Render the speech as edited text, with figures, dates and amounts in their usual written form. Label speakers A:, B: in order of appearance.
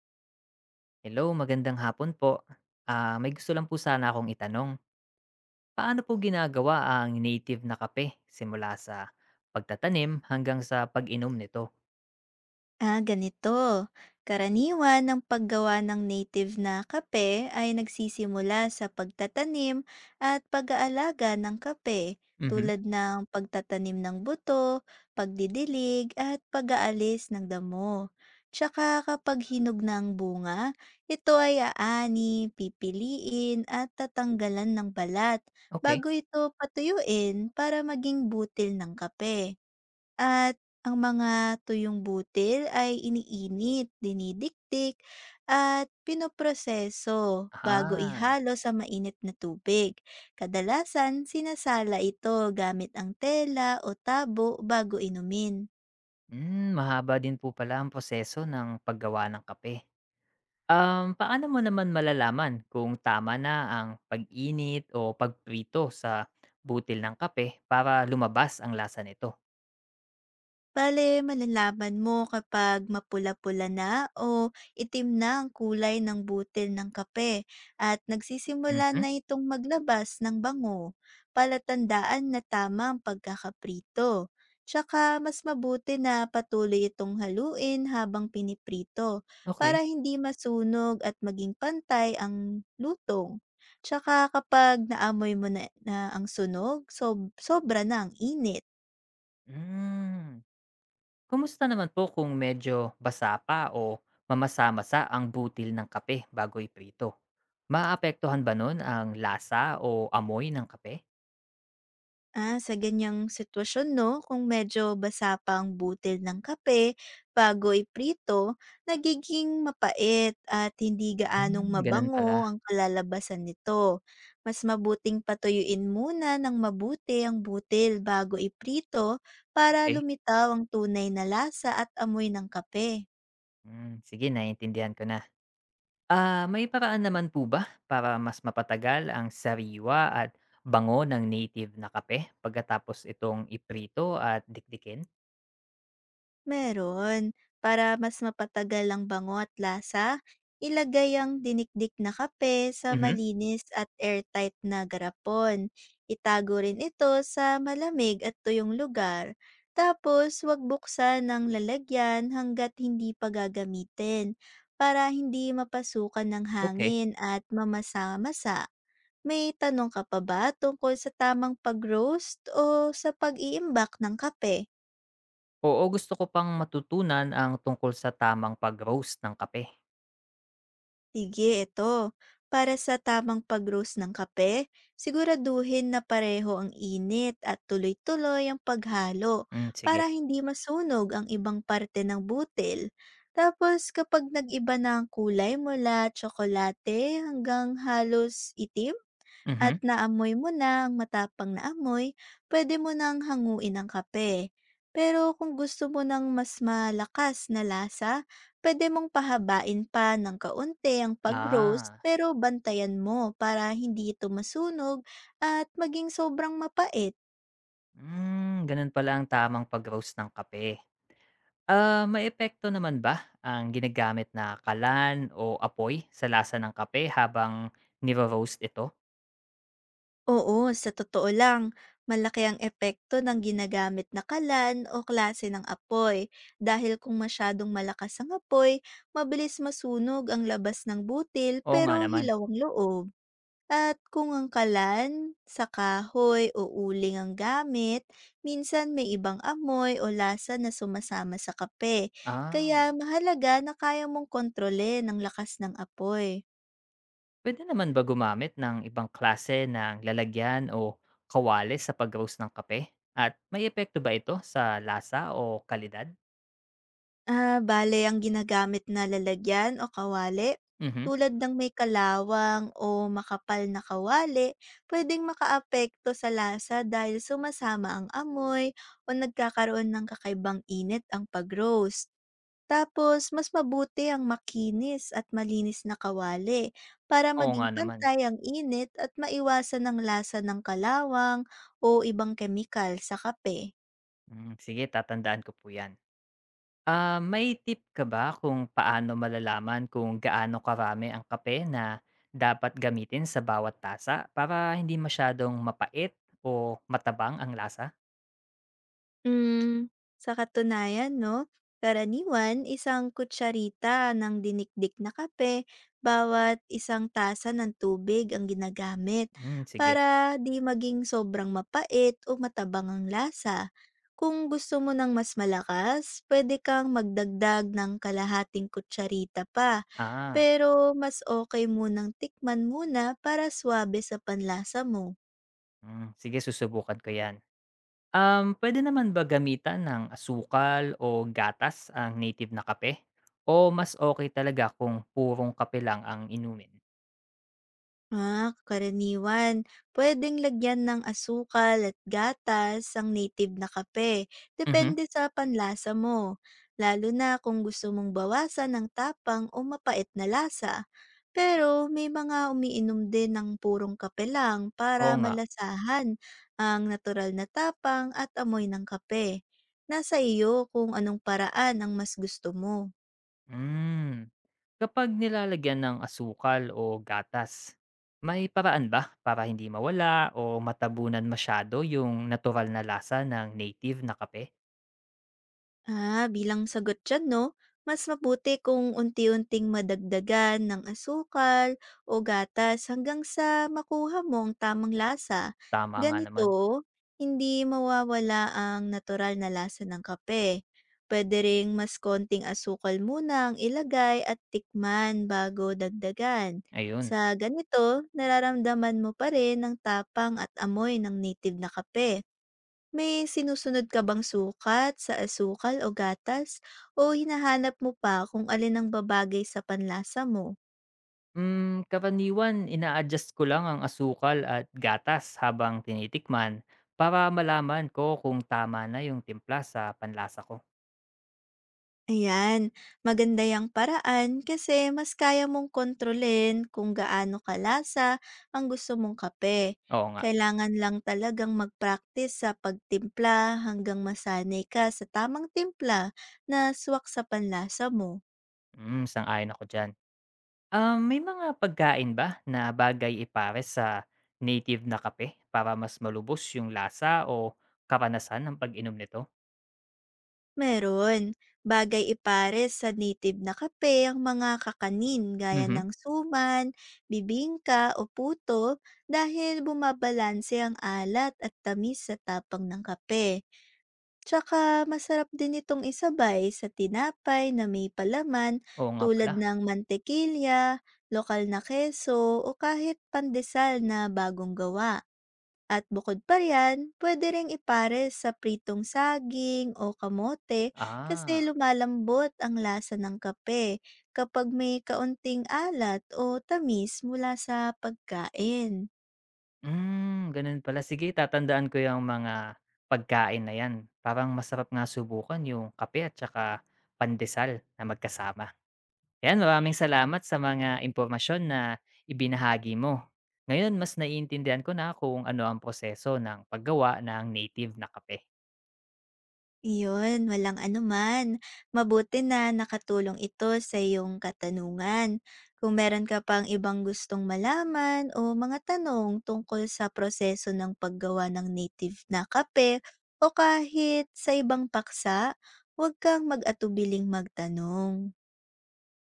A: Hello, magandang hapon po. May gusto lang po sana akong itanong. Paano po ginagawa ang native na kape simula sa pagtatanim hanggang sa pag-inom nito?
B: Ah, ganito. Karaniwan ng paggawa ng native na kape ay nagsisimula sa pagtatanim at pag-aalaga ng kape
A: Mhm.
B: tulad ng pagtatanim ng buto, pagdidilig at pag-aalis ng damo. Tsaka kapag hinog na ang bunga, ito ay aani, pipiliin at tatanggalan ng balat
A: Okay.
B: bago ito patuyuin para maging butil ng kape. At ang mga tuyong butil ay iniinit, dinidikdik, at pinoproseso bago
A: Ah.
B: ihalo sa mainit na tubig. Kadalasan, sinasala ito gamit ang tela o tabo bago inumin.
A: Mm, mahaba din po pala ang proseso ng paggawa ng kape. Paano mo naman malalaman kung tama na ang pag-init o pagprito sa butil ng kape para lumabas ang lasa nito?
B: Bale, malalaman mo kapag mapula-pula na o itim na ang kulay ng butil ng kape at nagsisimula
A: Mhm.
B: na itong maglabas ng bango. Palatandaan na tama ang pagkakaprito. Tsaka mas mabuti na patuloy itong haluin habang piniprito
A: Okay.
B: para hindi masunog at maging pantay ang lutong. Tsaka kapag naamoy mo na ang sunog, sobra na ang init.
A: Mm. Kumusta naman po kung medyo basa pa o mamasa-masa ang butil ng kape bago iprito? Maapektuhan ba nun ang lasa o amoy ng kape?
B: Ah, sa ganyang sitwasyon 'no, kung medyo basa pa ang butil ng kape bago iprito, nagiging mapait at hindi gaanong
A: Hmm, ganun
B: mabango
A: pala.
B: ang kalalabasan nito. Mas mabuting patuyuin muna ng mabuti ang butil bago iprito para
A: Okey.
B: lumitaw ang tunay na lasa at amoy ng kape.
A: Hmm, sige, naiintindihan ko na. May paraan naman po ba para mas mapatagal ang sariwa at bango ng native na kape pagkatapos itong iprito at dikdikin?
B: Meron. Para mas mapatagal ang bango at lasa, ilagay ang dinikdik na kape sa
A: Mhm,
B: malinis at airtight na garapon. Itago rin ito sa malamig at tuyong lugar. Tapos, huwag buksan ng lalagyan hanggat hindi pa gagamitin para hindi mapasukan ng
A: okey.
B: hangin at mamasa-masa. May tanong ka pa ba tungkol sa tamang pag-roast o sa pag-iimbak ng kape?
A: Oo, gusto ko pang matutunan ang tungkol sa tamang pag-roast ng kape.
B: Sige, ito. Para sa tamang pag-roast ng kape, siguraduhin na pareho ang init at tuloy-tuloy ang paghalo
A: Hmm, sige.
B: para hindi masunog ang ibang parte ng butil. Tapos kapag nag-iba na ang kulay mula tsokolate hanggang halos itim, at
A: Mhm.
B: naamoy mo na ang matapang na amoy, pwede mo nang hanguin ang kape. Pero kung gusto mo ng mas malakas na lasa, pwede mong pahabain pa ng kaunti ang pag-roast
A: Ah,
B: pero bantayan mo para hindi ito masunog at maging sobrang mapait.
A: hmm, ganun pala ang tamang pag-roast ng kape. May epekto naman ba ang ginagamit na kalan o apoy sa lasa ng kape habang niro-roast ito?
B: Oo, sa totoo lang, malaki ang epekto ng ginagamit na kalan o klase ng apoy dahil kung masyadong malakas ang apoy, mabilis masunog ang labas ng butil
A: Oo nga
B: pero
A: naman.
B: hilaw ang loob. At kung ang kalan, sa kahoy o uling ang gamit, minsan may ibang amoy o lasa na sumasama sa kape.
A: Ah,
B: Kaya mahalaga na kaya mong kontrole ng lakas ng apoy.
A: Puwede naman ba gumamit ng ibang klase ng lalagyan o kawali sa pag-roast ng kape? At may epekto ba ito sa lasa o kalidad?
B: Ah, bale ang ginagamit na lalagyan o kawali,
A: Mhm.
B: tulad ng may kalawang o makapal na kawali, pwedeng makaapekto sa lasa dahil sumasama ang amoy o nagkakaroon ng kakaibang init ang pag-roast. Tapos, mas mabuti ang makinis at malinis na kawali para
A: Oo
B: maging
A: nga naman.
B: pantay ang init at maiwasan ang lasa ng kalawang o ibang kemikal sa kape.
A: Mm, sige, tatandaan ko po 'yan. May tip ka ba kung paano malalaman kung gaano karami ang kape na dapat gamitin sa bawat tasa para hindi masyadong mapait o matabang ang lasa?
B: Hmm, sa katunayan 'no, karaniwan isang kutsarita ng dinikdik na kape bawat isang tasa ng tubig ang ginagamit
A: Hmm, sige.
B: para 'di maging sobrang mapait o matabang ang lasa. Kung gusto mo ng mas malakas, pwede kang magdagdag ng kalahating kutsarita pa,
A: Ah,
B: pero mas okey munang tikman muna para swabe sa panlasa mo.
A: hmm, sige, susubukan ko 'yan. Pwede naman ba gamitan ng asukal o gatas ang native na kape o mas okay talaga kung purong kape lang ang inumin?
B: Ah, karaniwan. Pwedeng lagyan ng asukal at gatas ang native na kape.
A: Mhm,
B: Depende sa panlasa mo. Lalo na kung gusto mong bawasan ng tapang o mapait na lasa. Pero may mga umiinom din ng purong kape lang para
A: oo nga.
B: malasahan ang natural na tapang at amoy ng kape. Nasa iyo kung anong paraan ang mas gusto mo.
A: Hmm. Kapag nilalagyan ng asukal o gatas, may paraan ba para hindi mawala o matabunan masyado yung natural na lasa ng native na kape?
B: Ah, bilang sagot dyan, no? Mas mabuti kung unti-unting madagdagan ng asukal o gatas hanggang sa makuha mo ang tamang lasa.
A: Tama nga naman.
B: Ganito, hindi mawawala ang natural na lasa ng kape. Pwede ring mas konting asukal muna ang ilagay at tikman bago dagdagan.
A: Ayun.
B: Sa ganito, nararamdaman mo pa rin ang tapang at amoy ng native na kape. May sinusunod ka bang sukat sa asukal o gatas o hinahanap mo pa kung alin ang babagay sa panlasa mo?
A: Mm, karaniwan, ina-adjust ko lang ang asukal at gatas habang tinitikman para malaman ko kung tama na yung timpla sa panlasa ko.
B: Ayan, maganda yung paraan kasi mas kaya mong kontrolin kung gaano kalasa ang gusto mong kape.
A: Oo nga.
B: Kailangan lang talagang mag-practice sa pagtimpla hanggang masanay ka sa tamang timpla na swak sa panlasa mo.
A: Mm, sang-ayon ako dyan. May mga pagkain ba na bagay ipares sa native na kape para mas malubos yung lasa o karanasan ng pag-inom nito?
B: Meron. Bagay ipares sa native na kape ang mga kakanin gaya
A: Mhm,
B: ng suman, bibingka o puto dahil bumabalanse ang alat at tamis sa tapang ng kape. Tsaka masarap din itong isabay sa tinapay na may palaman
A: oo nga pala.
B: tulad ng mantekilya, lokal na keso o kahit pandesal na bagong gawa. At bukod pa riyan, puwede ring ipares sa pritong saging o kamote kasi
A: Ah,
B: lumalambot ang lasa ng kape kapag may kaunting alat o tamis mula sa pagkain.
A: hmm, ganun pala. Sige, tatandaan ko yung mga pagkain na yan. Parang masarap nga subukan yung kape at saka pandesal na magkasama. Yan, maraming salamat sa mga impormasyon na ibinahagi mo. Ngayon, mas naiintindihan ko na kung ano ang proseso ng paggawa ng native na kape.
B: Iyon, walang anuman. Mabuti na nakatulong ito sa iyong katanungan. Kung meron ka pang ibang gustong malaman o mga tanong tungkol sa proseso ng paggawa ng native na kape o kahit sa ibang paksa, huwag kang mag-atubiling magtanong.